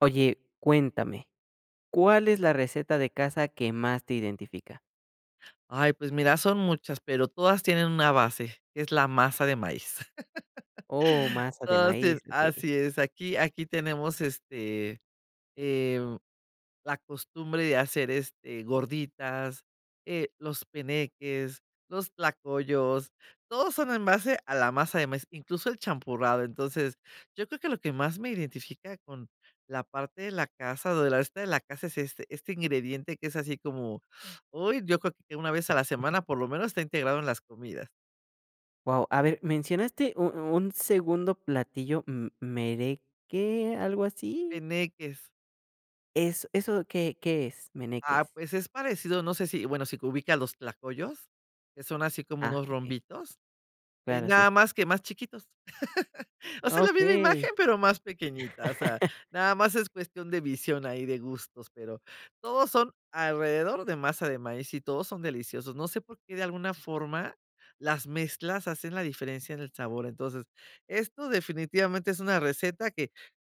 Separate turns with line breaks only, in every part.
Oye, cuéntame, ¿cuál es la receta de casa que más te identifica?
Ay, pues mira, son muchas, pero todas tienen una base, que es la masa de maíz.
Oh, masa de
Todas tien
maíz, okey.
así es, aquí tenemos, eh la costumbre de hacer, este, gorditas, los peneques, los tlacoyos, todos son en base a la masa de maíz, incluso el champurrado. Entonces, yo creo que lo que más me identifica con la parte de la casa, o de la receta de la casa, es este ingrediente que es así como, hoy yo creo que una vez a la semana, por lo menos, está integrado en las comidas.
Wow. A ver, mencionaste u un segundo platillo, m ¿mereque, algo así?
Peneques.
¿Eso qué es? ¿Meneque?
Ah, pues es parecido, no sé si, bueno, si ubica los tlacoyos, que son así como
Ah,
unos
okey,
rombitos,
claro, sí.
nada más que más chiquitos. O sea, la misma
Okey.
imagen, pero más pequeñita, o sea, nada más es cuestión de visión ahí, de gustos, pero todos son alrededor de masa de maíz y todos son deliciosos. No sé por qué de alguna forma las mezclas hacen la diferencia en el sabor. Entonces, esto definitivamente es una receta que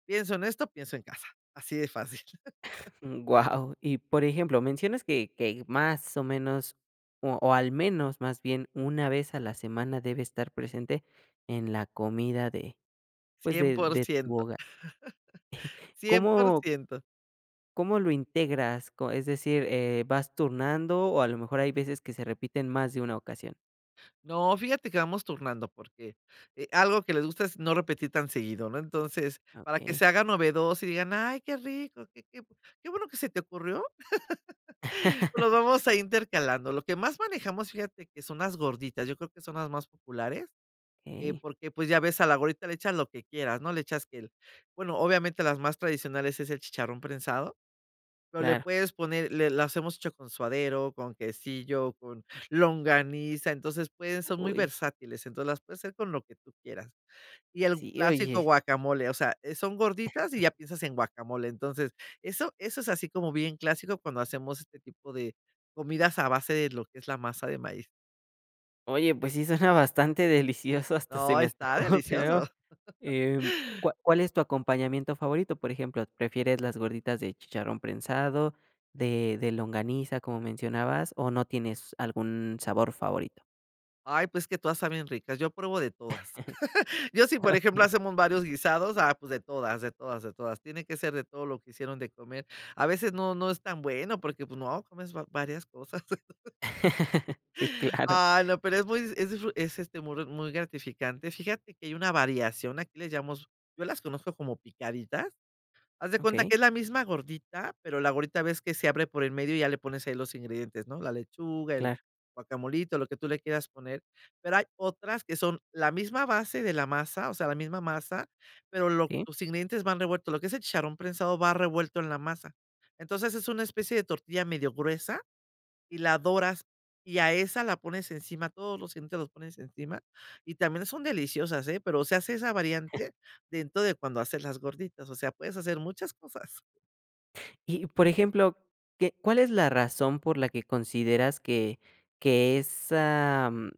pienso en esto, pienso en casa. Así de fácil, cien
Wow. Y, por ejemplo, mencionas que más o menos, o al menos, más bien, una vez a la semana debe estar presente en la comida de, pues,
cien
de
por
de tu
ciento,
hogar.
cien por
¿Cómo
ciento.
cómo lo integras? Co Es decir, ¿vas turnando o a lo mejor hay veces que se repiten más de una ocasión?
No, fíjate que vamos turnando porque, algo que les gusta es no repetir tan seguido, ¿no? Entonces, para que
¿Ok?
se haga novedoso y digan: "Ay, qué rico, qué bueno que se te ocurrió", los vamos a intercalando. Lo que más manejamos, fíjate que son las gorditas, yo creo que son las más populares,
Ok,
porque, pues, ya ves, a la gordita le echas lo que quieras, ¿no? Le echas que el bueno, obviamente las más tradicionales es el chicharrón prensado, pero le
claro.
puedes poner le las hemos hecho con suadero, con quesillo, con longaniza, entonces pueden son muy
Uy,
versátiles, entonces las puedes hacer con lo que tú quieras. Y el
sí,
clásico
oye.
guacamole, o sea, son gorditas y ya piensas en guacamole, entonces eso es así como bien clásico cuando hacemos este tipo de comidas a base de lo que es la masa de maíz.
Oye, pues sí suena bastante delicioso, hasta se
No,
me antojó,
está
pero,
delicioso.
em, ¿cuál es tu acompañamiento favorito? Por ejemplo, ¿prefieres las gorditas de chicharrón prensado, de longaniza, como mencionabas, o no tienes algún sabor favorito?
Ay, pues, que todas saben ricas, yo pruebo de todas. Yo sí, por ejemplo,
Okey.
hacemos varios guisados, ah, pues de todas, de todas, de todas. Tiene que ser de todo lo que hicieron de comer. A veces no no es tan bueno porque, pues, no, comes va varias cosas.
Sí, claro.
Ah, no, pero es muy es disfru es, este, muy muy gratificante. Fíjate que hay una variación, aquí les llamamos yo las conozco como picaditas. Haz de
Ok,
cuenta que es la misma gordita, pero la gordita ves que se abre por el medio y ya le pones ahí los ingredientes, ¿no? La lechuga, el
claro,
guacamolito, lo que tú le quieras poner. Pero hay otras que son la misma base de la masa, o sea, la misma masa, pero
sí.
los ingredientes van revueltos. Lo que es el chicharrón prensado va revuelto en la masa. Entonces es una especie de tortilla medio gruesa y la doras, y a esa la pones encima, todos los ingredientes los pones encima, y también son deliciosas, ¿eh? Pero se hace esa variante dentro de cuando haces las gorditas, o sea, puedes hacer muchas cosas.
Y, por ejemplo, ¿qué cuál es la razón por la que consideras que esa,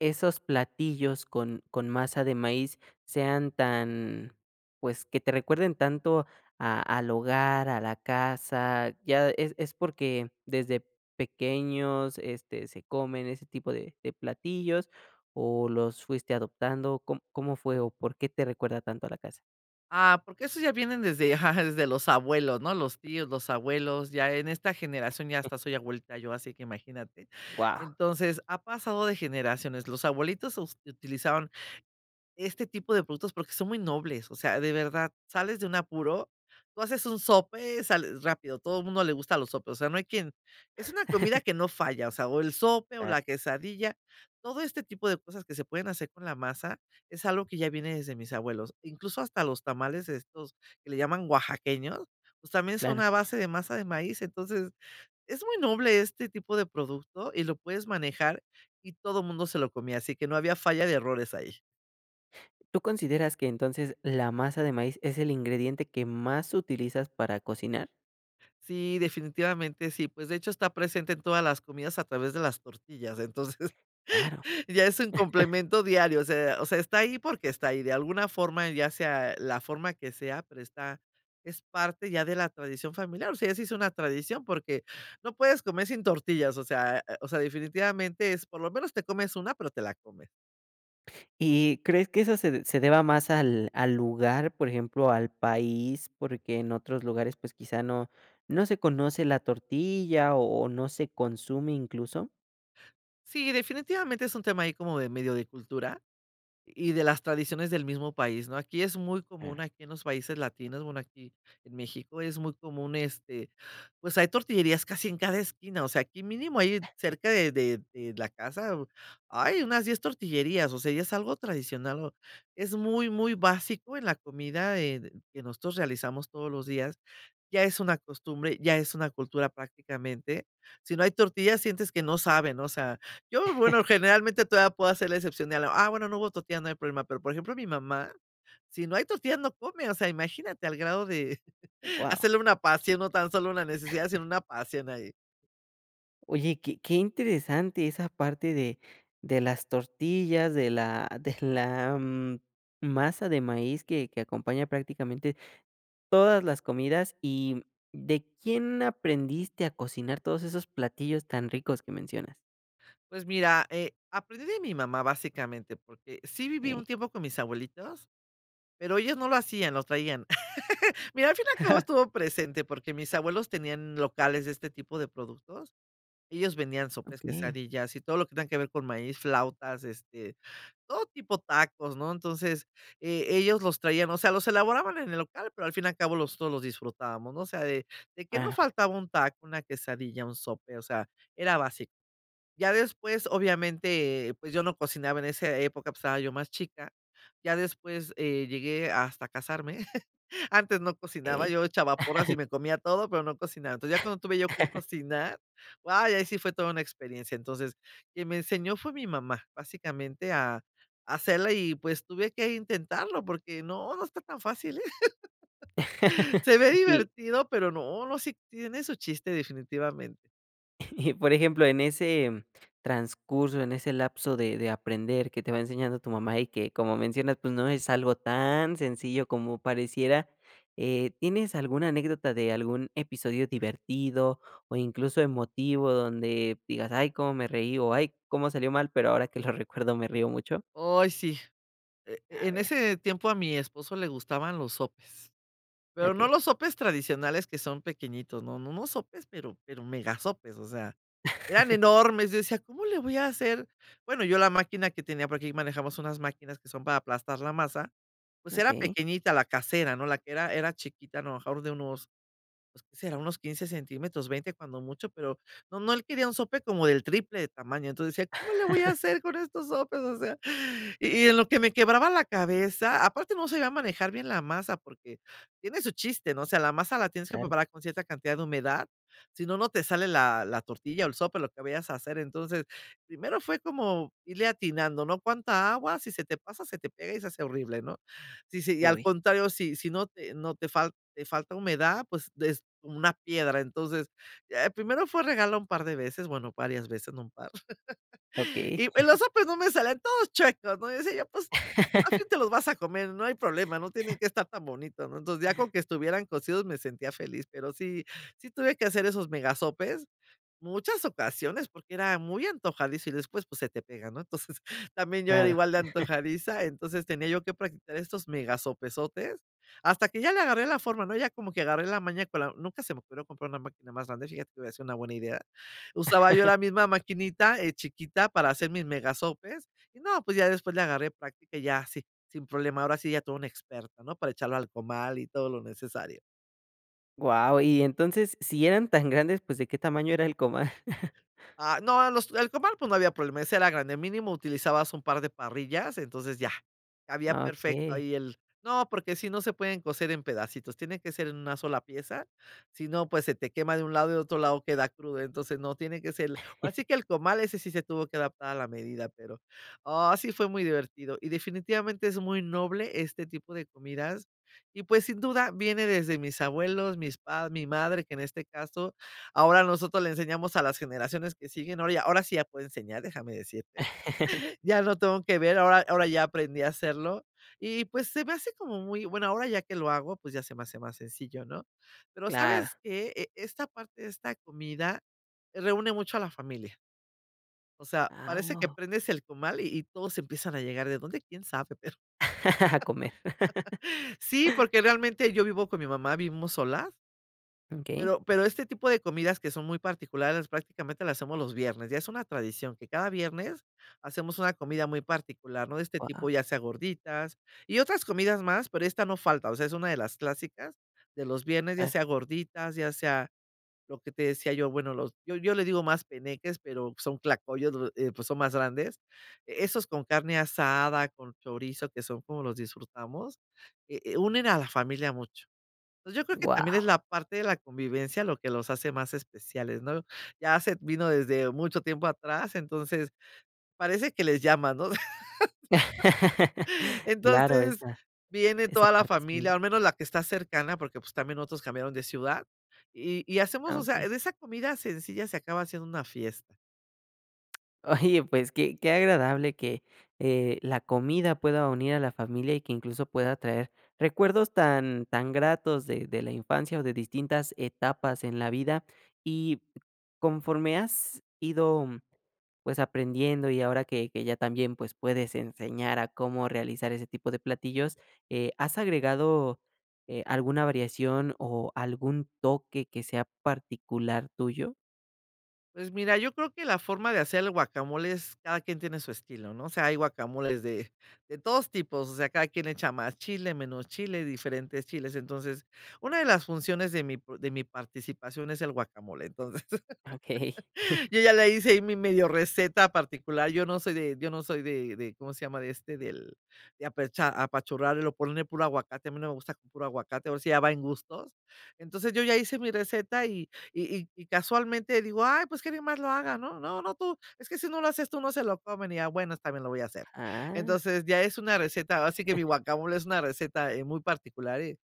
esos platillos con masa de maíz sean tan, pues, que te recuerden tanto a al hogar, a la casa? Ya, es porque desde pequeños, este, se comen ese tipo de platillos o los fuiste adoptando? ¿Cómo cómo fue o por qué te recuerda tanto a la casa?
Ah, porque esos ya vienen desde, ajá, desde los abuelos, ¿no? Los tíos, los abuelos, ya en esta generación ya hasta soy abuelita yo, así que imagínate.
Wow,
Entonces, ha pasado de generaciones. Los abuelitos utilizaban este tipo de productos, porque son muy nobles, o sea, de verdad, sales de un apuro, tú haces un sope, sales rápido, todo el mundo le gusta los sopes, o sea, no hay quien es una comida que no falla, o sea, o el sope o
claro,
la quesadilla, todo este tipo de cosas que se pueden hacer con la masa es algo que ya viene desde mis abuelos, incluso hasta los tamales estos que le llaman oaxaqueños, pues también son
claro.
a base de masa de maíz, entonces es muy noble este tipo de producto y lo puedes manejar y todo el mundo se lo comía, así que no había falla de errores ahí.
¿Tú consideras que entonces la masa de maíz es el ingrediente que más utilizas para cocinar?
Sí, definitivamente sí. Pues, de hecho, está presente en todas las comidas a través de las tortillas. Entonces,
Claro.
ya es un complemento diario. O sea, está ahí porque está ahí. De alguna forma, ya sea la forma que sea, pero está, es parte ya de la tradición familiar. O sea, ya se hizo una tradición porque no puedes comer sin tortillas. O sea, definitivamente es por lo menos te comes una, pero te la comes.
¿Y crees que eso se de se deba más al lugar, por ejemplo, al país? Porque en otros lugares, pues, quizá no se conoce la tortilla o no se consume incluso.
Sí, definitivamente es un tema ahí como de medio de cultura. Y de las tradiciones del mismo país, ¿no? Aquí es muy
Claro.
común, aquí en los países latinos, bueno, aquí en México es muy común, pues hay tortillerías casi en cada esquina, o sea, aquí mínimo hay cerca de- la casa, hay unas 10 tortillerías, o sea, ya es algo tradicional, o- es muy, muy básico en la comida que nosotros realizamos todos los días, ya es una costumbre, ya es una cultura prácticamente. Si no hay tortillas, sientes que no saben, ¿no? O sea, yo, bueno, generalmente todavía puedo hacer la excepción de algo, ah, bueno, no hubo tortilla, no hay problema, pero, por ejemplo, mi mamá, si no hay tortillas, no come, o sea, imagínate al grado de
Guau.
hacerle una pasión, no tan solo una necesidad, sino una pasión ahí.
Oye, qué interesante esa parte de las tortillas, de la, masa de maíz que acompaña prácticamente todas las comidas y, ¿de quién aprendiste a cocinar todos esos platillos tan ricos que mencionas?
Pues mira, aprendí de mi mamá, básicamente, porque sí viví un
Okey,
tiempo con mis abuelitos, pero ellos no lo hacían, lo traían. Mira, al fin y al cabo estuvo presente, porque mis abuelos tenían locales de este tipo de productos. Ellos vendían sopes,
okey,
quesadillas y todo lo que tenga que ver con maíz, flautas, todo tipo tacos, ¿no? Entonces, ellos los traían, o sea, los elaboraban en el local, pero al fin y al cabo los todos los disfrutábamos, ¿no? O sea, de que no
claro,
faltaba un taco, una quesadilla, un sope, o sea, era básico. Ya después, obviamente, pues, yo no cocinaba en esa época, pues, estaba yo más chica. Ya después, llegué hasta casarme. Antes no cocinaba,
okey.
yo echaba porras y me comía todo, pero no cocinaba. Entonces, ya cuando tuve yo que cocinar, ay, ahí sí fue toda una experiencia. Entonces, quien me enseñó fue mi mamá, básicamente a hacerla y, pues, tuve que intentarlo porque no, no está tan fácil, ¿eh? Se ve
Y
divertido, pero no, no, sí tiene su chiste definitivamente.
Y, por ejemplo, en ese transcurso, en ese lapso de aprender que te va enseñando tu mamá y que, como mencionas, pues, no es algo tan sencillo como pareciera, ¿tienes alguna anécdota de algún episodio divertido o incluso emotivo donde digas: "Ay, cómo me reí", o "Ay, cómo salió mal, pero ahora que lo recuerdo me río mucho"?
Ay, sí,
A
en
ver,
ese tiempo a mi esposo le gustaban los sopes, pero no
okey.
los sopes tradicionales que son pequeñitos, no, no, no sopes, pero megasopes, o sea, eran enormes, yo decía: "¿Cómo le voy a hacer?". Bueno, yo la máquina que tenía, porque aquí manejamos unas máquinas que son para aplastar la masa, pues era
Okey,
pequeñita, la casera, ¿no? La que era chiquita, a lo mejor de unos pues, ¿qué será? Unos 15 centímetros, 20 cuando mucho, pero no no, él quería un sope como del triple de tamaño. Entonces decía: "¿Cómo le voy a hacer con estos sopes?". O sea, y en lo que me quebraba la cabeza, aparte no sabía manejar bien la masa, porque tiene su chiste, ¿no? O sea, la masa la tienes que
claro.
preparar con cierta cantidad de humedad, si no, no te sale la tortilla o el sope, lo que vayas a hacer. Entonces, primero fue como irle atinando, ¿no? Cuánta agua, si se te pasa, se te pega y se hace horrible, ¿no? Sí, sí, y al
Uy,
contrario, si no te no te falta te falta humedad, pues, es una piedra. Entonces, primero fue regalo un par de veces, bueno, varias veces, no un par.
okey,
Y el oso, pues, no me salen todos chuecos, ¿no? Yo decía yo: "Pues, al fin te los vas a comer, no hay problema, no tienen que estar tan bonitos", ¿no? Entonces, ya con que estuvieran cocidos me sentía feliz, pero sí sí tuve que hacer esos megasopes muchas ocasiones, porque era muy antojadizo y después, pues, se te pega, ¿no? Entonces, también yo era
claro.
igual de antojadiza, entonces tenía yo que practicar estos megasopesotes, hasta que ya le agarré la forma, ¿no? Ya como que agarré la maña con la nunca se me ocurrió comprar una máquina más grande, fíjate que hubiera sido una buena idea. Usaba yo la misma maquinita, chiquita para hacer mis megasopes y no, pues, ya después le agarré práctica y ya sí, sin problema, ahora sí ya toda una experta, ¿no? Para echarlo al comal y todo lo necesario.
Wow. Y entonces, si eran tan grandes, pues, ¿de qué tamaño era el comal?
Ah, no, los el comal, pues, no había problema, ese era grande, mínimo utilizabas un par de parrillas, entonces ya, había
Ah,
perfecto ahí el no, porque si no se pueden cocer en pedacitos, tiene que ser en una sola pieza, si no, pues, se te quema de un lado y de otro lado queda crudo, entonces no, tiene que ser así que el comal ese sí se tuvo que adaptar a la medida, pero, ah, sí fue muy divertido y definitivamente es muy noble este tipo de comidas y, pues, sin duda viene desde mis abuelos, mis pa mi madre, que en este caso ahora nosotros le enseñamos a las generaciones que siguen, ahora sí ya puedo enseñar, déjame decirte. Ya no tengo que ver, ahora ya aprendí a hacerlo. Y, pues, se me hace como muy bueno, ahora ya que lo hago, pues, ya se me hace más sencillo, ¿no? Pero,
claro.
¿sabes que esta parte de esta comida reúne mucho a la familia? O sea,
Ah,
parece que
oh.
prendes el comal y todos empiezan a llegar, ¿de dónde? ¿Quién sabe? Pero
A comer.
sí, porque realmente yo vivo con mi mamá, vivimos solas.
¿Ok?
Pero este tipo de comidas que son muy particulares, prácticamente las hacemos los viernes, ya es una tradición que cada viernes hacemos una comida muy particular, ¿no? De este
Wow,
tipo, ya sea gorditas y otras comidas más, pero esta no falta, o sea, es una de las clásicas de los viernes, ya
claro.
sea gorditas, ya sea lo que te decía yo, bueno, los yo le digo más peneques, pero son tlacoyos, lo pues son más grandes. Esos con carne asada, con chorizo, que son como los disfrutamos, unen a la familia mucho. Pues, yo creo que también
Guau.
es la parte de la convivencia lo que los hace más especiales, ¿no? Ya se vino desde mucho tiempo atrás, entonces parece que les llama, ¿no?
Claro,
Entonces, viene
esa
toda la
parte sí.
familia, al menos la que está cercana, porque, pues, también otros cambiaron de ciudad, y hacemos,
Ah,
o sea,
okey.
de esa comida sencilla se acaba haciendo una fiesta.
Oye, pues qué, qué agradable que la comida pueda unir a la familia y que incluso pueda traer recuerdos tan, tan gratos de la infancia o de distintas etapas en la vida. Y conforme has ido pues aprendiendo y ahora que ya también pues puedes enseñar a cómo realizar ese tipo de platillos, ¿has agregado alguna variación o algún toque que sea particular tuyo?
Pues mira, yo creo que la forma de hacer el guacamole es cada quien tiene su estilo, ¿no? O sea, hay guacamoles de todos tipos, o sea, cada quien echa más chile, menos chile, diferentes chiles. Entonces, una de las funciones de de mi participación es el guacamole. Entonces,
Ok.
yo ya le hice ahí mi medio receta particular. Yo no soy de, ¿cómo se llama? De este, del de apecha apachurrarlo, ponerle puro aguacate. A mí no me gusta con puro aguacate, ahora sí ya va en gustos. Entonces, yo ya hice mi receta y casualmente digo: "Ay, pues que alguien más lo haga", ¿no? "No, no, tú, es que si no lo haces tú, no se lo comen", y ya, bueno, también lo voy a hacer.
Ah,
Entonces, ya es una receta, así que mi guacamole es una receta, muy particular,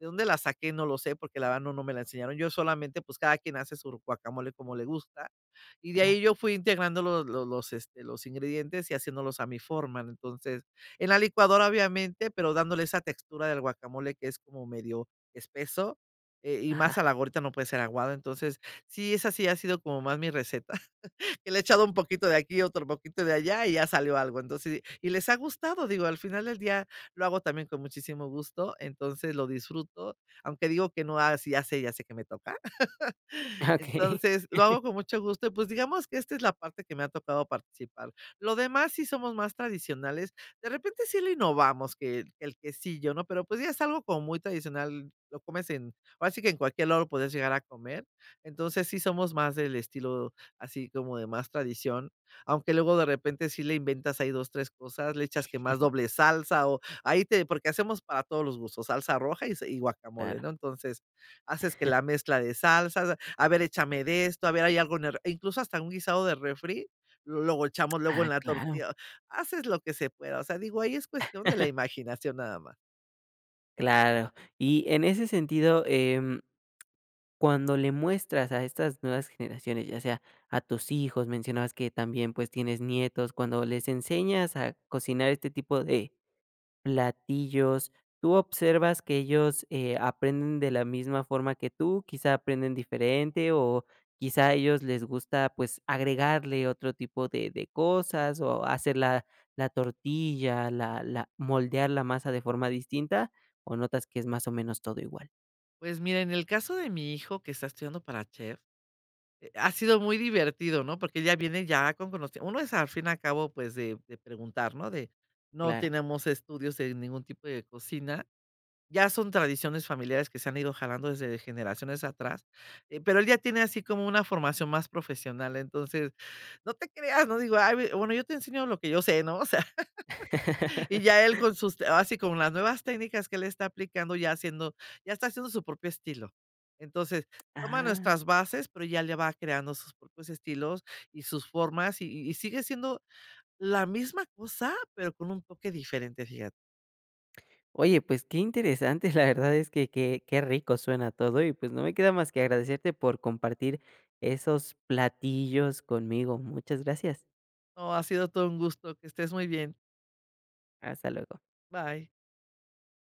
¿de dónde la saqué? No lo sé, porque la verdad no me la enseñaron. Yo solamente, pues, cada quien hace su guacamole como le gusta. Y de ahí yo fui integrando los ingredientes y haciéndolos a mi forma, ¿no? Entonces, en la licuadora, obviamente, pero dándole esa textura del guacamole que es como medio espeso, y más a
ajá.
la gorrita no puede ser aguado. Entonces, sí, esa sí ha sido como más mi receta, que le he echado un poquito de aquí, otro poquito de allá y ya salió algo. Entonces, y les ha gustado, digo, al final del día lo hago también con muchísimo gusto, entonces lo disfruto, aunque digo que no, así ya sé que me toca.
Okey.
Entonces, lo hago con mucho gusto y, pues, digamos que esta es la parte que me ha tocado participar. Lo demás sí somos más tradicionales. De repente sí le innovamos que el quesillo, ¿no? Pero, pues, ya es algo como muy tradicional, lo comes en ahora sí que en cualquier lado lo puedes llegar a comer. Entonces, sí somos más del estilo así como de más tradición, aunque luego de repente sí le inventas ahí 2 3 cosas, le echas que más doble salsa o ahí te porque hacemos para todos los gustos, salsa roja y guacamole,
Claro.
¿no? Entonces, haces que la mezcla de salsas. A ver, échame de esto, a ver, hay algo en el re- incluso hasta un guisado de refri, luego echamos luego
Ah,
en la
claro.
tortilla. Haces lo que se pueda, o sea, digo, ahí es cuestión de la imaginación nada más.
Claro. Y en ese sentido, cuando le muestras a estas nuevas generaciones, ya sea a tus hijos, mencionabas que también, pues, tienes nietos, cuando les enseñas a cocinar este tipo de platillos, ¿tú observas que ellos, aprenden de la misma forma que tú? ¿Quizá aprenden diferente o quizá a ellos les gusta, pues, agregarle otro tipo de cosas o hacer la tortilla, la moldear la masa de forma distinta, o notas que es más o menos todo igual?
Pues mira, en el caso de mi hijo que está estudiando para chef, ha sido muy divertido, ¿no? Porque ya viene con conocimiento uno es al fin y al cabo, pues, de preguntar, ¿no? De no
Claro.
tenemos estudios de ningún tipo de cocina. Ya son tradiciones familiares que se han ido jalando desde generaciones atrás, pero él ya tiene así como una formación más profesional, entonces, no te creas, no digo: "Ay, ve, bueno, yo te enseño lo que yo sé", ¿no? O sea, y ya él así con las nuevas técnicas que él está aplicando, ya está haciendo su propio estilo. Entonces, toma
Ah.
nuestras bases, pero ya le va creando sus propios estilos y sus formas, y sigue siendo la misma cosa, pero con un toque diferente, fíjate.
Oye, pues qué interesante, la verdad es que qué qué rico suena todo y, pues, no me queda más que agradecerte por compartir esos platillos conmigo. Muchas gracias.
No, ha sido todo un gusto, que estés muy bien.
Hasta luego.
Bye.